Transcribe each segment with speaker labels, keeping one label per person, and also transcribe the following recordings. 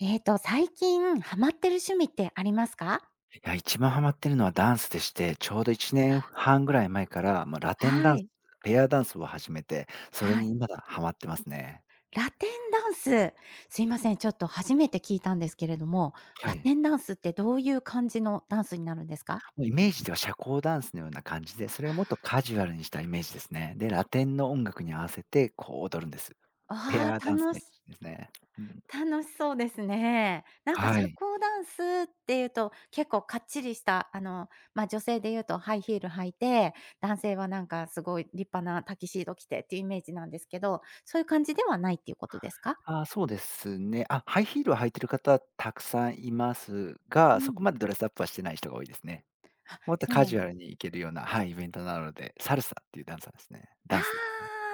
Speaker 1: 最近ハマってる趣味ってありますか？
Speaker 2: いや、一番ハマってるのはダンスでして、ちょうど1年半ぐらい前から、まあ、ラテン
Speaker 1: は
Speaker 2: ダンス、
Speaker 1: い、
Speaker 2: ペアダンスを始めて、それ
Speaker 1: はい。
Speaker 2: にまだハマってますね。
Speaker 1: ラテンダンス、すいません、ちょっと初めて聞いたんですけれども、
Speaker 2: は
Speaker 1: ラ
Speaker 2: い。
Speaker 1: テンダンスってどういう感じのダンスになるんですか？
Speaker 2: もうイメージでは社交ダンスのような感じで、それをもっとカジュアルにしたイメージですね。で、ラテンの音楽に合わせて、こう踊るんです。ペ
Speaker 1: あ
Speaker 2: ア
Speaker 1: あ、
Speaker 2: ダンスの一種ですね。うん。
Speaker 1: 楽しそうですね。なんか
Speaker 2: は
Speaker 1: 社
Speaker 2: い。
Speaker 1: 交ダンスっていうと、結構かっちりした、女性で言うとハイヒール履いて、男性はなんかすごい立派なタキシード着てっていうイメージなんですけど、そういう感じではないっていうことですか？
Speaker 2: ああ、そうですね。あ、ハイヒールを履いてる方たくさんいます
Speaker 1: う
Speaker 2: が、そ
Speaker 1: ん。
Speaker 2: こまでドレスアップはしてない人が多いですね。
Speaker 1: あ、
Speaker 2: もっと
Speaker 1: そう
Speaker 2: カ
Speaker 1: なん
Speaker 2: ジュアルに行けるような、はい、イベントなので、サルサっていうダンサーですね。
Speaker 1: あ
Speaker 2: ダンス。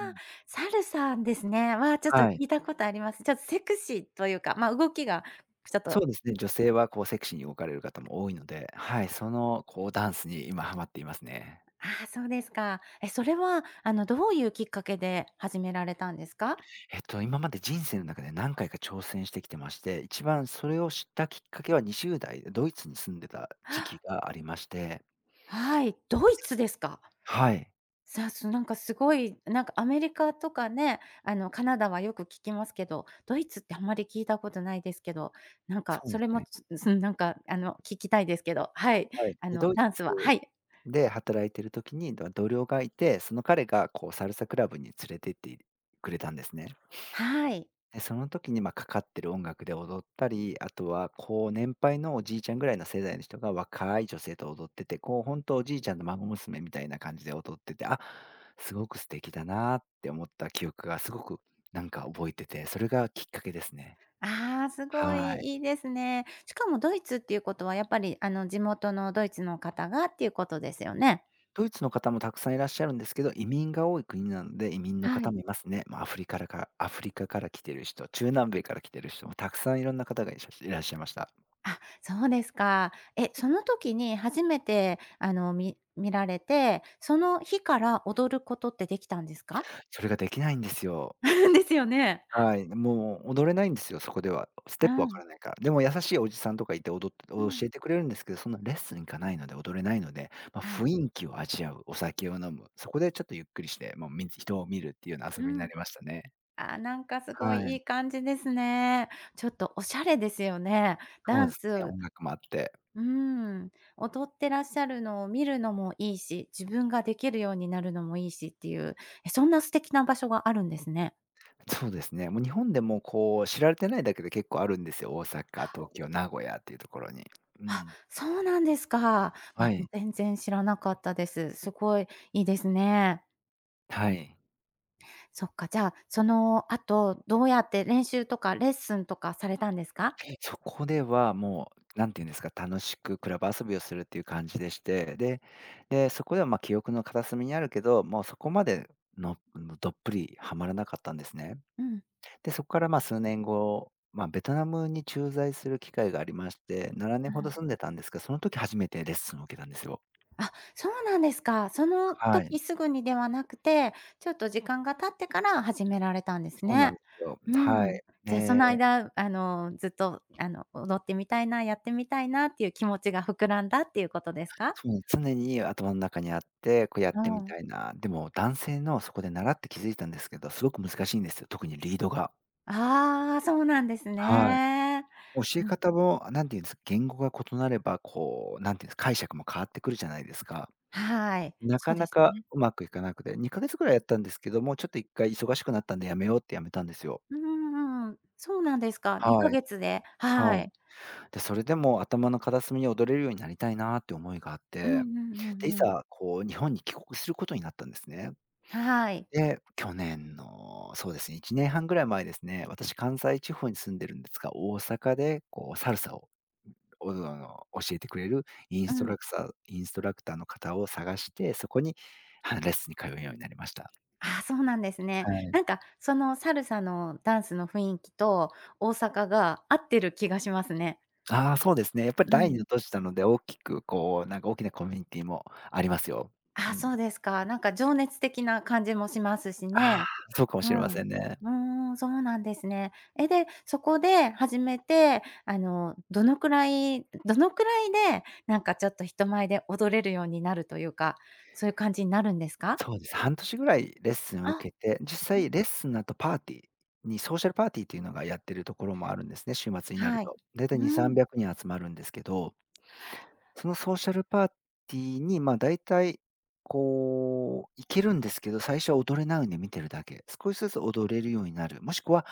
Speaker 2: うん。
Speaker 1: サルサですね。ちょっと聞
Speaker 2: はい。
Speaker 1: いたことあります。ちょっとセクシーというか、動きがちょっ
Speaker 2: そ
Speaker 1: と
Speaker 2: うですね、女性はこうセクシーに動かれる方も多いので、はい、そのこうダンスに今ハマっていますね。
Speaker 1: ああ、そうですか。え、それは、どういうきっかけで始められたんですか？
Speaker 2: 今まで人生の中で何回か挑戦してきてまして、一番それを知ったきっかけは20代でドイツに住んでた時 期
Speaker 1: あ
Speaker 2: がありまして、
Speaker 1: はい、ドイツですか。
Speaker 2: はい。
Speaker 1: さあすなんかすごい、なんかアメリカとかね、カナダはよく聞きますけど、ドイツってあんまり聞いたことないですけど、なん
Speaker 2: そ
Speaker 1: か
Speaker 2: うで
Speaker 1: そ
Speaker 2: す
Speaker 1: れも、
Speaker 2: ね。
Speaker 1: なんか、聞きたいですけど、はい、
Speaker 2: はい。で、ドイ
Speaker 1: ダンス
Speaker 2: ツ
Speaker 1: は、はい。
Speaker 2: で働いてる時に、同僚がいて、その彼がこうサルサクラブに連れてってくれたんですね。
Speaker 1: はい。
Speaker 2: で、その時に、ま、かかってる音楽で踊ったり、あとは、こう、年配のおじいちゃんぐらいの世代の人が若い女性と踊ってて、こう、本当おじいちゃんの孫娘みたいな感じで踊ってて、あ、すごく素敵だなって思った記憶がすごく、なんか覚えてて、それがきっかけですね。
Speaker 1: ああ、すご
Speaker 2: はい。
Speaker 1: いいいですね。しかもドイツっていうことはやっぱり、地元のドイツの方がっていうことですよね？
Speaker 2: ドイツの方もたくさんいらっしゃるんですけど、移民が多い国なので、移民の
Speaker 1: は
Speaker 2: 方
Speaker 1: い。
Speaker 2: もいますね。まあ、アフリカから来てる人、中南米から来てる人もたくさんいろんな方がいらっしゃいました。
Speaker 1: あ、そうですか。え、その時に初めて、見られて、その日から踊ることってできたんですか？
Speaker 2: それができないんですよ。
Speaker 1: ですよね。
Speaker 2: はい、もう踊れないんですよ、そこでは。ス
Speaker 1: う
Speaker 2: テップわ
Speaker 1: ん、
Speaker 2: からないから。でも優しいおじさんとかいて踊って
Speaker 1: う
Speaker 2: 教
Speaker 1: ん。
Speaker 2: えてくれるんですけど、そんなレッスン行かないので踊れないので、まあ、
Speaker 1: はい。
Speaker 2: 雰囲気を味わう、お酒を飲む、そこでちょっとゆっくりして、もう人を見るっていうような遊
Speaker 1: う
Speaker 2: びにな
Speaker 1: ん。
Speaker 2: りましたね。
Speaker 1: あ、なんかすごい
Speaker 2: は
Speaker 1: い
Speaker 2: い。
Speaker 1: い感じですね。ちょっとおしゃれですよね。
Speaker 2: そ
Speaker 1: ダ
Speaker 2: う
Speaker 1: ン
Speaker 2: ですね、
Speaker 1: ス
Speaker 2: 音楽もあって。
Speaker 1: うーん、踊ってらっしゃるのを見るのもいいし、自分ができるようになるのもいいしっていう、え、そんな素敵な場所があるんですね。
Speaker 2: そうですね、もう日本でもこう知られてないだけで結構あるんですよ、大阪、東京、名古屋っていうところに。う
Speaker 1: あ、
Speaker 2: ん。
Speaker 1: そうなんですか。あ、も
Speaker 2: は
Speaker 1: う
Speaker 2: い。
Speaker 1: 全然知らなかったです。すごいいいですね。
Speaker 2: はい。
Speaker 1: そっか、じゃあ、その後、どうやって練習とかレッスンとかされたんですか？
Speaker 2: そこでは
Speaker 1: うん。
Speaker 2: もう、なんていうんですか、楽しくクラブ遊びをするっていう感じでして、で、そこでは、ま、記憶の片隅にあるけど、もうそこまでのどっぷりはまらなかったんですね。
Speaker 1: うん、
Speaker 2: で、そこから、ま、数年後、まあ、ベトナムに駐在する機会がありまして、7
Speaker 1: う
Speaker 2: 年ほど住
Speaker 1: ん。
Speaker 2: んでたんですが、その時初めてレッスンを受けたんですよ。
Speaker 1: あ、そうなんですか。その
Speaker 2: はい、
Speaker 1: 時すぐにではなくて、ちょっと時間が経ってから始められたんです
Speaker 2: そうな
Speaker 1: ね。
Speaker 2: んですよ。
Speaker 1: う
Speaker 2: は
Speaker 1: ん。
Speaker 2: い。
Speaker 1: じゃあその
Speaker 2: ね。
Speaker 1: 間、ずっと、踊ってみたいな、やってみたいなっていう気持ちが膨らんだっていうことですか？
Speaker 2: そう、常に頭の中にあって、こうや
Speaker 1: う
Speaker 2: ってみ
Speaker 1: ん。
Speaker 2: たいな。でも男性のそこで習って気づいたんですけど、すごく難しいんですよ、特にリードが。
Speaker 1: ああ、そうなんです
Speaker 2: はい。
Speaker 1: ね。
Speaker 2: 教
Speaker 1: う
Speaker 2: え
Speaker 1: ん、
Speaker 2: 方も、何て言うんですか、言語が異なれば、こう、何て言うんですか、解釈も変わってくるじゃないですか。
Speaker 1: はい。
Speaker 2: な
Speaker 1: そ
Speaker 2: か
Speaker 1: うで
Speaker 2: な
Speaker 1: す
Speaker 2: か
Speaker 1: ね。
Speaker 2: うまくいかなくて、2ヶ月ぐらいやったんですけども、ちょっと1回忙しくなったんでやめようってやめたんですよ。
Speaker 1: うんうんうん。そうなんですか。2
Speaker 2: はい。
Speaker 1: ヶ月で、
Speaker 2: は
Speaker 1: は
Speaker 2: い。
Speaker 1: い。
Speaker 2: で、それでも頭の片隅に踊れるようになりたいなって思いがあっ
Speaker 1: うんう
Speaker 2: て、
Speaker 1: んうん
Speaker 2: で、い
Speaker 1: うん。
Speaker 2: ざこう日本に帰国することになったんですね。
Speaker 1: はい。
Speaker 2: で、去年の、そうですね、1年半ぐらい前ですね、私関西地方に住んでるんですが、大阪でこうサルサを、おあの、教えてくれるイン
Speaker 1: う
Speaker 2: スト
Speaker 1: ん。
Speaker 2: ラクサインストラクターの方を探して、そこに、はい、レッスンに通うようになりました。
Speaker 1: ああ、そうなんですね。
Speaker 2: はい。
Speaker 1: なんか、そのサルサのダンスの雰囲気と大阪が合ってる気がしますね。
Speaker 2: ああ、そうですね。やっぱり
Speaker 1: う
Speaker 2: 第
Speaker 1: ん。
Speaker 2: 2の都市なので、大きくこう、なんか大きなコミュニティもありますよ。
Speaker 1: ああ、
Speaker 2: うん。
Speaker 1: そうですか。なんか情熱的な感じもしますし
Speaker 2: ああ、
Speaker 1: ね。
Speaker 2: そうかも
Speaker 1: う
Speaker 2: しれま
Speaker 1: ん。う
Speaker 2: せんね。
Speaker 1: ーん、そうなんですね。え、で、そこで始めて、どのくらいで、なんかちょっと人前で踊れるようになるというか、そういう感じになるんですか？
Speaker 2: そうです。半年ぐらいレッスンを
Speaker 1: あ、
Speaker 2: 受けて、実
Speaker 1: うん、
Speaker 2: 際レッスンの後パーティーに、ソーシャルパーティーっていうのがやってるところもあるんですね、週末になる
Speaker 1: はい。
Speaker 2: と。だいたい2、
Speaker 1: うん、
Speaker 2: 300人集まるんですけど、そのソーシャルパーティーに、まあ大体、だいたいこう、行けるんですけど、最初は踊れないんで見てるだけ。少しずつ踊れるようになる、もしくは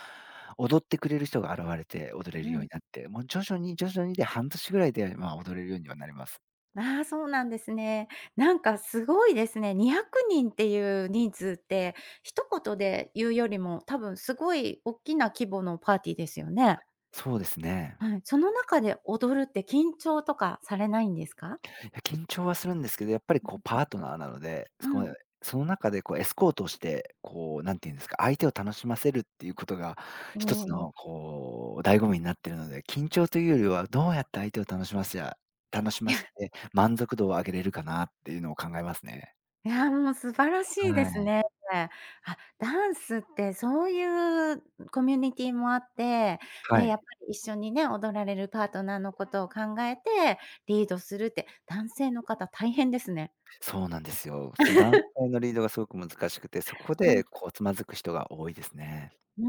Speaker 2: 踊ってくれる人が現れて踊れ
Speaker 1: う
Speaker 2: るように
Speaker 1: ん、
Speaker 2: なって、もう徐々に徐々にで、半年ぐらいで、ま、踊れるようにはなります。
Speaker 1: ああ、そうなんですね。なんかすごいですね。200人っていう人数って、一言で言うよりも、多分すごい大きな規模のパーティーですよね。
Speaker 2: そうですね。
Speaker 1: はい。その中で踊るって緊張とかされないんですか？
Speaker 2: いや、緊張はするんですけど、やっぱりこうパートナーなので、
Speaker 1: う
Speaker 2: そこ
Speaker 1: ん。
Speaker 2: その中でこうエスコートして、こう、なんていうんですか、相手を楽しませるっていうことが
Speaker 1: お
Speaker 2: 一つ
Speaker 1: お。
Speaker 2: のこう、醍醐味になってるので、緊張というよりは、どうやって相手を楽し
Speaker 1: い
Speaker 2: ま
Speaker 1: や、
Speaker 2: して、満足度を上げれるかなっていうのを考えますね。
Speaker 1: いや、もう素晴らしいで
Speaker 2: は
Speaker 1: す
Speaker 2: い。
Speaker 1: ね。あ、ダンスってそういうコミュニティもあって、
Speaker 2: は
Speaker 1: で、やっ
Speaker 2: い。
Speaker 1: ぱり一緒にね、踊られるパートナーのことを考えてリードするって、男性の方大変ですね。
Speaker 2: そうなんですよ。その男性のリードがすごく難しくて、そこ
Speaker 1: う
Speaker 2: で
Speaker 1: ん、
Speaker 2: こうつまずく人が多いですね。
Speaker 1: う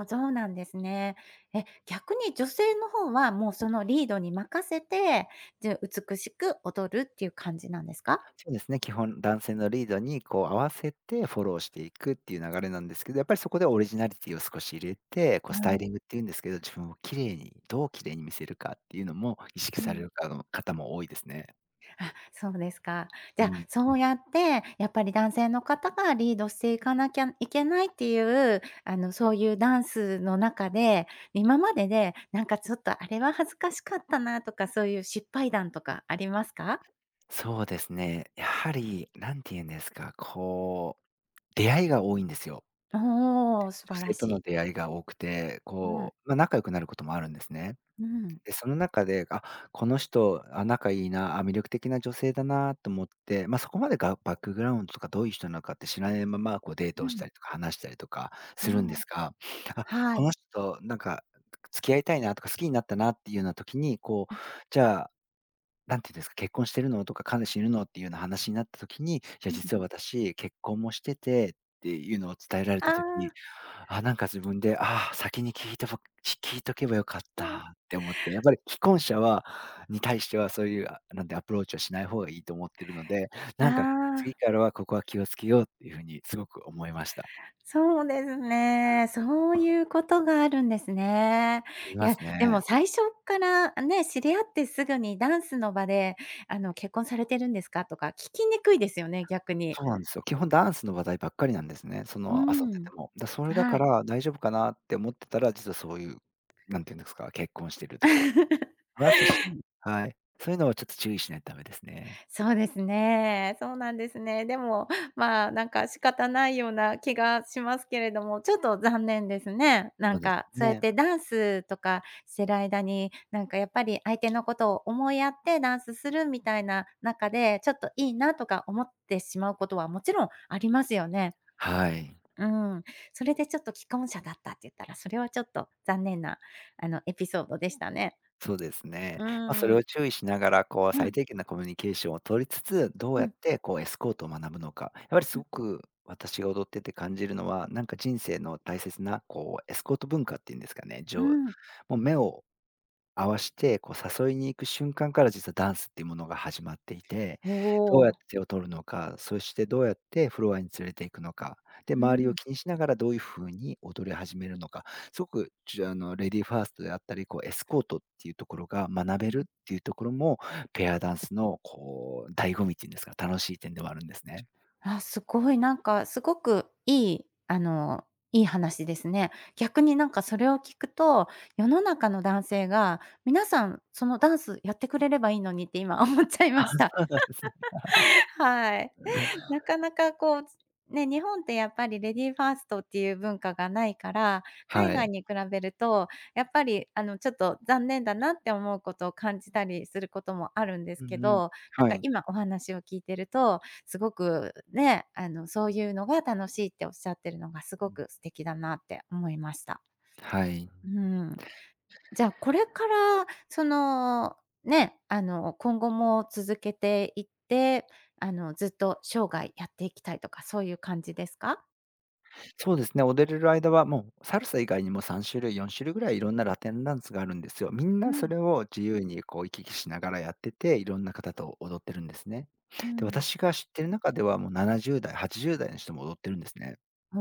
Speaker 1: ーん、そうなんですね。え、逆に女性の方はもうそのリードに任せて、じゃ、美しく踊るっていう感じなんですか？
Speaker 2: そうですね、基本男性のリードにこう合わせてフォローしていくっていう流れなんですけど、やっぱりそこでオリジナリティを少し入れて、こうスタイリングっていうんですけど、自分を綺麗に、どう綺麗に見せるかっていうのも意識
Speaker 1: うん、う
Speaker 2: され
Speaker 1: ん、
Speaker 2: るかの方も多いですね。
Speaker 1: そうですか。じ
Speaker 2: う
Speaker 1: ゃあ、
Speaker 2: ん。
Speaker 1: そうやって、やっぱり男性の方がリードしていかなきゃいけないっていう、そういうダンスの中で、今まででなんかちょっとあれは恥ずかしかったなとか、そういう失敗談とかありますか？
Speaker 2: そうですね。やはり、何て言うんですか、こう、出会いが多いんですよ。
Speaker 1: おお、素
Speaker 2: 女
Speaker 1: 晴ら
Speaker 2: 性
Speaker 1: し
Speaker 2: との
Speaker 1: い。
Speaker 2: 出会いが多くて、
Speaker 1: うん、
Speaker 2: こう、まあ、仲良くなることもあるんですね。
Speaker 1: うん、
Speaker 2: で、その中で、あ、この人、あ、仲いいな、あ、魅力的な女性だなと思って、ま、そこまでがバックグラウンドとかどういう人なのかって知らないまま、こうデート
Speaker 1: う
Speaker 2: をし
Speaker 1: ん、
Speaker 2: たりとか話したりとかするんで
Speaker 1: あ
Speaker 2: すが、あ、
Speaker 1: あ。は
Speaker 2: こ
Speaker 1: い。
Speaker 2: の人となんか付き合いたいなとか好きになったなっていうような時に、こう、
Speaker 1: う
Speaker 2: じゃあなんていうんですか、「結婚してるの？」とか、「彼氏いるの？」っていうような話になった時に、「いや、
Speaker 1: ん、
Speaker 2: 実は私、結婚もしてて」っていうのを伝えられ
Speaker 1: あ
Speaker 2: た
Speaker 1: あ、
Speaker 2: 時に、あ、なんか自分で、「ああ、先に聞いとけばよかっ
Speaker 1: うん。
Speaker 2: た」って思って、やっぱり既婚者に対してはそういう、あ、なんてアプローチはしない方がいいと思ってるので、
Speaker 1: あ
Speaker 2: なんか次
Speaker 1: あ、
Speaker 2: からはここは気をつけようっていう風にすごく思いました。
Speaker 1: そうですね。そういうことがあるんですね。
Speaker 2: あり
Speaker 1: い
Speaker 2: ま
Speaker 1: や、
Speaker 2: す
Speaker 1: でも
Speaker 2: ね。
Speaker 1: 最初からね、知り合ってすぐにダンスの場で、「結婚されてるんですか？」とか聞きにくいですよね、逆に。
Speaker 2: そうなんですよ。基本ダンスの話題ばっかりなんですね、そ
Speaker 1: う
Speaker 2: の、遊ん
Speaker 1: ー
Speaker 2: で
Speaker 1: ん、
Speaker 2: ても。それだ
Speaker 1: は
Speaker 2: か
Speaker 1: い。
Speaker 2: ら大丈夫かなって思ってたら、実はそういう、なんていうんですか、結婚してるとか ますし、はい。そういうのはちょっと注意しないとダメですね。
Speaker 1: そうですね。そうなんですね。でも、なんか仕方ないような気がしますけれども、ちょっと残念ですね。な
Speaker 2: そ
Speaker 1: ん
Speaker 2: うです
Speaker 1: か、そうやっ
Speaker 2: ね。
Speaker 1: てダンスとかしてる間に、なんかやっぱり相手のことを思いやってダンスするみたいな中で、ちょっといいなとか思ってしまうことはもちろんありますよね。
Speaker 2: はい。
Speaker 1: うん。それでちょっと既婚者だったって言ったら、それはちょっと残念な、エピソードでしたね。
Speaker 2: そうです
Speaker 1: う
Speaker 2: ね。ま、そ
Speaker 1: ー
Speaker 2: れ
Speaker 1: ん。
Speaker 2: を注意しながら、こう、
Speaker 1: う
Speaker 2: 最
Speaker 1: ん。
Speaker 2: 低限なコミュニケーションを取りつつ、どう
Speaker 1: う
Speaker 2: やっ
Speaker 1: ん。
Speaker 2: てこうエスコートを学ぶのか。やっぱりす
Speaker 1: うん。
Speaker 2: ごく私が踊ってて感じるのは、なんか人生の大切な、こう、エスコート文化っていうんですかね、
Speaker 1: うん。
Speaker 2: もう目を合わして、こう誘いに行く瞬間から実はダンスっていうものが始まっていて、
Speaker 1: お
Speaker 2: どうやっ
Speaker 1: お。
Speaker 2: て手を取るのか、そしてどうやってフロアに連れていくのか、で、
Speaker 1: う
Speaker 2: 周りを
Speaker 1: ん。
Speaker 2: 気にしながらどういう風に踊り始めるのか、すごく、ゅあの、レディーファーストであったり、こうエスコートっていうところが学
Speaker 1: う
Speaker 2: べるっ
Speaker 1: ん。
Speaker 2: ていうところも、ペアダンスのこう、醍醐味っていうんですか、楽しい点ではあるんですね。
Speaker 1: あ、すごいなんか、すごくいい、いい話ですね。逆になんかそれを聞くと、世の中の男性が、皆さんそのダンスやってくれればいいのにって今思っちゃいま
Speaker 2: あ、
Speaker 1: した。
Speaker 2: そうなんですね。
Speaker 1: はい。なかなかこう、ね、日本ってやっぱりレディーファーストっていう文化がないから、海
Speaker 2: は
Speaker 1: 外
Speaker 2: い。
Speaker 1: に比べると、やっぱりちょっと残念だなって思うことを感じたりすることもあるんです
Speaker 2: う
Speaker 1: け
Speaker 2: んうん。
Speaker 1: ど、なん
Speaker 2: は
Speaker 1: か
Speaker 2: い。
Speaker 1: 今お話を聞いてると、すごくね、そういうのが楽しいっておっしゃってるのがす
Speaker 2: う
Speaker 1: ご
Speaker 2: ん。
Speaker 1: く素敵だなって思いました。
Speaker 2: はい。
Speaker 1: うん。じゃあ、これから、ね、今後も続けていって、ずっと生涯やっていきたいとか、そういう感じですか？
Speaker 2: そうですね、踊れる間はもうサルサ以外にも3種類、4種類ぐらいいろんなラテンダンスがあるんですよ。みん
Speaker 1: う
Speaker 2: なそ
Speaker 1: ん、
Speaker 2: れを自由にこう行き来しながらやってて、いろんな方と踊ってるんですね。
Speaker 1: う
Speaker 2: で、
Speaker 1: ん。
Speaker 2: 私が知ってる中ではもう70代、80代の人も踊ってるんですね。
Speaker 1: お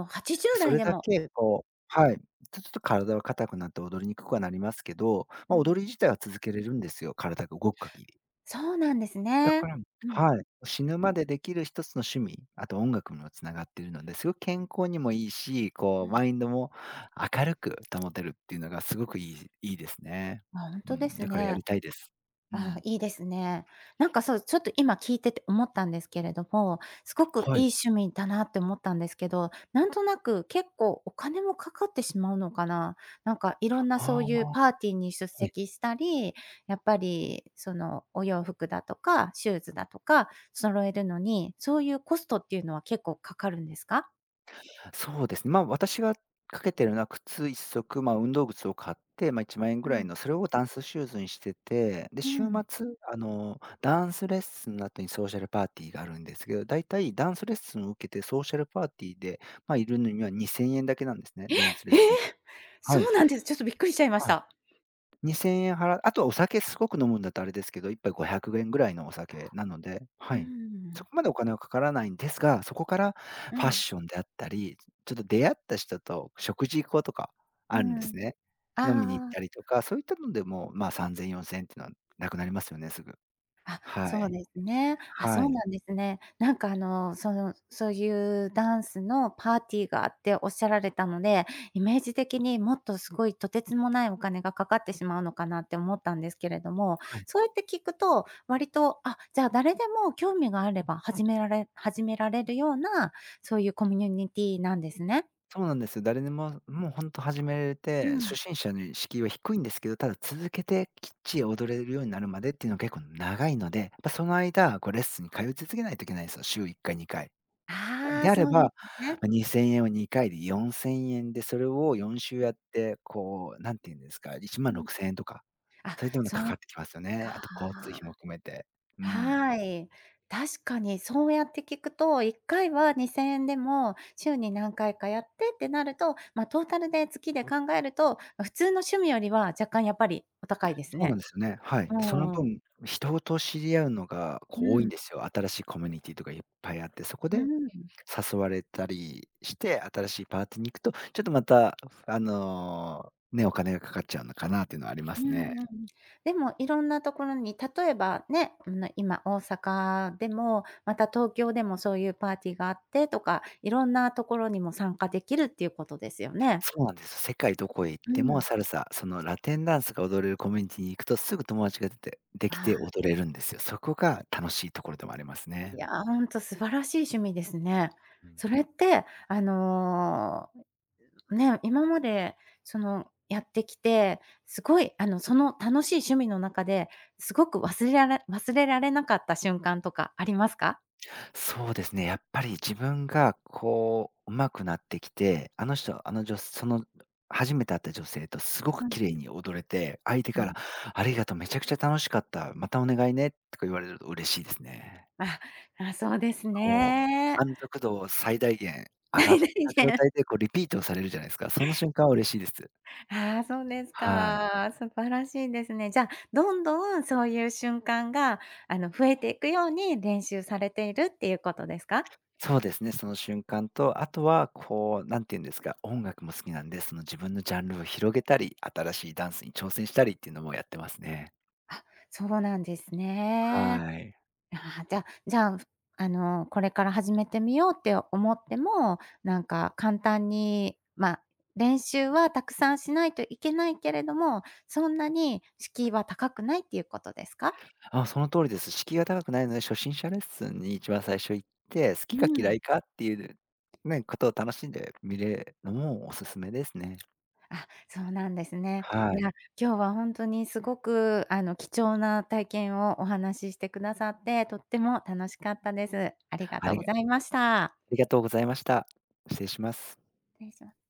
Speaker 1: お、80
Speaker 2: そ
Speaker 1: 代
Speaker 2: れ
Speaker 1: で
Speaker 2: だ
Speaker 1: も。
Speaker 2: けこうはい、ちょっと体は硬くなって踊りにくくはなりますけど、
Speaker 1: う
Speaker 2: まあ、
Speaker 1: ん。
Speaker 2: 踊り自体は続けれるんですよ、体が動く限り。
Speaker 1: そうなんです
Speaker 2: だ
Speaker 1: ね。
Speaker 2: から
Speaker 1: うん、
Speaker 2: はい、死ぬまでできる一つの趣味、あと音楽にもつながっているので、すごく健康にもいいし、こ
Speaker 1: う
Speaker 2: う
Speaker 1: ん。
Speaker 2: マインドも明るく保てるっていうのがすごくいいいいですね。
Speaker 1: あ、ほん
Speaker 2: う
Speaker 1: とで
Speaker 2: ん、
Speaker 1: す
Speaker 2: だからや
Speaker 1: ね。
Speaker 2: りたいです。う
Speaker 1: ああ、
Speaker 2: ん、
Speaker 1: いいですね。なんかそう、ちょっと今聞いてて思ったんですけれども、すごく
Speaker 2: は
Speaker 1: い
Speaker 2: い。
Speaker 1: い趣味だなって思ったんですけど、なんとなく結構お金もかかってしまうのかな。なんかいろんなそ
Speaker 2: あ
Speaker 1: ういう
Speaker 2: あ、
Speaker 1: パーティーに出
Speaker 2: はい。
Speaker 1: 席したり、やっぱりそのお洋服だとか、シューズだとか揃えるのに、そういうコストっていうのは結構かかるんですか？
Speaker 2: そうですね。まあ、私がかけてるのは靴一足、まあ、運動靴を買って、まあ、1万円
Speaker 1: う
Speaker 2: ぐらい
Speaker 1: ん、
Speaker 2: の、それをダンスシューズにしてて、で、
Speaker 1: う
Speaker 2: 週
Speaker 1: ん。
Speaker 2: 末、あの、ダンスレッスンの後にソーシャルパーティーがあるんですけど、だいたいダンスレッスンを受けてソーシャルパーティーで、まあ、いるのには2,000円だけなんですね、ダンスレッ
Speaker 1: えー、
Speaker 2: スンが。
Speaker 1: そ
Speaker 2: はい。
Speaker 1: うなんです。ちょっとびっくりしちゃいまし
Speaker 2: はい。
Speaker 1: た。
Speaker 2: 2 0円払うあとはお酒すごく飲むんだとあれですけど、1杯500円ぐらいのお酒なので、は
Speaker 1: うー
Speaker 2: い。そ
Speaker 1: ん。
Speaker 2: こまでお金はかからないんですが、そこから
Speaker 1: う
Speaker 2: ファッ
Speaker 1: ん、
Speaker 2: ションであったり、ちょっと出会った人と食事行こうとか
Speaker 1: う
Speaker 2: あるんで
Speaker 1: ん。
Speaker 2: すね。飲みに行っ
Speaker 1: あ
Speaker 2: たり
Speaker 1: あ。
Speaker 2: とか、そういったのでも、まあ、3000、4000っていうのはなくなりますよね、すぐ。
Speaker 1: あ、
Speaker 2: は
Speaker 1: そう
Speaker 2: い。
Speaker 1: ですね。あ、
Speaker 2: は
Speaker 1: そう
Speaker 2: い。
Speaker 1: なんですね。なんかそういうダンスのパーティーがあっておっしゃられたので、イメージ的にもっとすごいとてつもないお金がかかってしまうのかなって思ったんですけれども、
Speaker 2: はい。
Speaker 1: そうやって聞くと、割と、あ、じゃあ誰でも興味があれば始められるような、そういうコミュニティなんですね。
Speaker 2: そうなんですよ。誰でも、もうほんと始めれ
Speaker 1: う
Speaker 2: て、
Speaker 1: ん。
Speaker 2: 初心者の敷居は低いんですけど、ただ続けてきっちり踊れるようになるまでっていうのは結構長いので、ま、その間、こうレッスンに通い続けないといけないんですよ、週1回、2回。
Speaker 1: ああ、
Speaker 2: であれ
Speaker 1: そうで
Speaker 2: ば、
Speaker 1: すね。
Speaker 2: ま、2000円を2回で4000円で、それを4週やって、こう、何て言うんですか、1
Speaker 1: う
Speaker 2: 万
Speaker 1: ん。
Speaker 2: 6000円とか、
Speaker 1: あ、
Speaker 2: そういったものがか
Speaker 1: そっ
Speaker 2: かってきますよね。あ
Speaker 1: か。
Speaker 2: と交通費も含めて。うん。
Speaker 1: はい。確かにそうやって聞くと、1回は2000円でも週に何回かやってってなると、トータルで月で考えると、普通の趣味よりは若干やっぱりお高いです
Speaker 2: そうな
Speaker 1: ね。
Speaker 2: んですよね。はい。
Speaker 1: う
Speaker 2: で、その
Speaker 1: んうん。
Speaker 2: 分、人と知り合うのが
Speaker 1: う
Speaker 2: こう多いん
Speaker 1: ん。
Speaker 2: ですよ。新しいコミュニティとかいっぱいあって、そこ
Speaker 1: う
Speaker 2: で
Speaker 1: ん。
Speaker 2: 誘われたりして、新しいパーティーに行くと、ちょっとまた、あの、ね、お金がかかっちゃうのかなっていうのはありま
Speaker 1: う
Speaker 2: すね。
Speaker 1: んうん。でもいろんなところに、例えばね、今大阪でも、また東京でもそういうパーティーがあってとか、いろんなところにも参加できるっていうことですよね。
Speaker 2: そうなんです。世界どこへ行っ
Speaker 1: う
Speaker 2: ても
Speaker 1: ん。
Speaker 2: サルサ、そのラテンダンスが踊れるコミュニティに行くとすぐ友達が出てできて
Speaker 1: あ。
Speaker 2: 踊れるんですよ。そこが楽しいところでもあります
Speaker 1: い
Speaker 2: ね。
Speaker 1: や、ほんと素晴らしい趣味ですね。
Speaker 2: うん。
Speaker 1: それって、ね、今までやってきて、すごい、その楽しい趣味の中で、すごく忘れられなかった瞬間とかありますか？
Speaker 2: そうですね、やっぱり自分がこう上手くなってきて、あの人、あの女その初めて会った女性とすご
Speaker 1: う
Speaker 2: く
Speaker 1: ん、
Speaker 2: 綺麗に踊れて、相手
Speaker 1: う
Speaker 2: か
Speaker 1: ん。
Speaker 2: ら、ありがとう、めちゃくちゃ楽しかった、またお願いねとか言われると嬉しいですね。
Speaker 1: あ、あ、そうです
Speaker 2: こう、
Speaker 1: ね。
Speaker 2: 満足度を最大限上がっ
Speaker 1: 最大
Speaker 2: た状
Speaker 1: 限。
Speaker 2: 態でこうリピートをされるじゃないですか。その瞬間は嬉しいです。
Speaker 1: ああ、そうです
Speaker 2: はい。
Speaker 1: か。素晴らしいですね。じゃあ、どんどんそういう瞬間が、増えていくように練習されているっていうことですか？
Speaker 2: そうですね、その瞬間と、あとはこう、なんて言うんですか、音楽も好きなんで、その自分のジャンルを広げたり、新しいダンスに挑戦したりっていうのもやってますね。
Speaker 1: あ、そうなんですね。
Speaker 2: はい。
Speaker 1: ああ、じゃあ、これから始めてみようって思っても、なんか簡単に、練習はたくさんしないといけないけれども、そんなに敷居は高くないっていうことですか？
Speaker 2: あ、その通りです。敷居が高くないので、初心者レッスンに一番最初行って、好
Speaker 1: う
Speaker 2: きか嫌
Speaker 1: ん。
Speaker 2: いかっていう、ね、ことを楽しんでみるのもおすすめですね。
Speaker 1: あ、そうなんですね。
Speaker 2: は
Speaker 1: い
Speaker 2: い。
Speaker 1: や、今日は本当にすごく、貴重な体験をお話ししてくださって、とっても楽しかったです。ありが
Speaker 2: あ
Speaker 1: とう
Speaker 2: り
Speaker 1: ご
Speaker 2: が
Speaker 1: ざいまし
Speaker 2: あ
Speaker 1: た。
Speaker 2: りがとうございました。失礼します。
Speaker 1: 失礼します。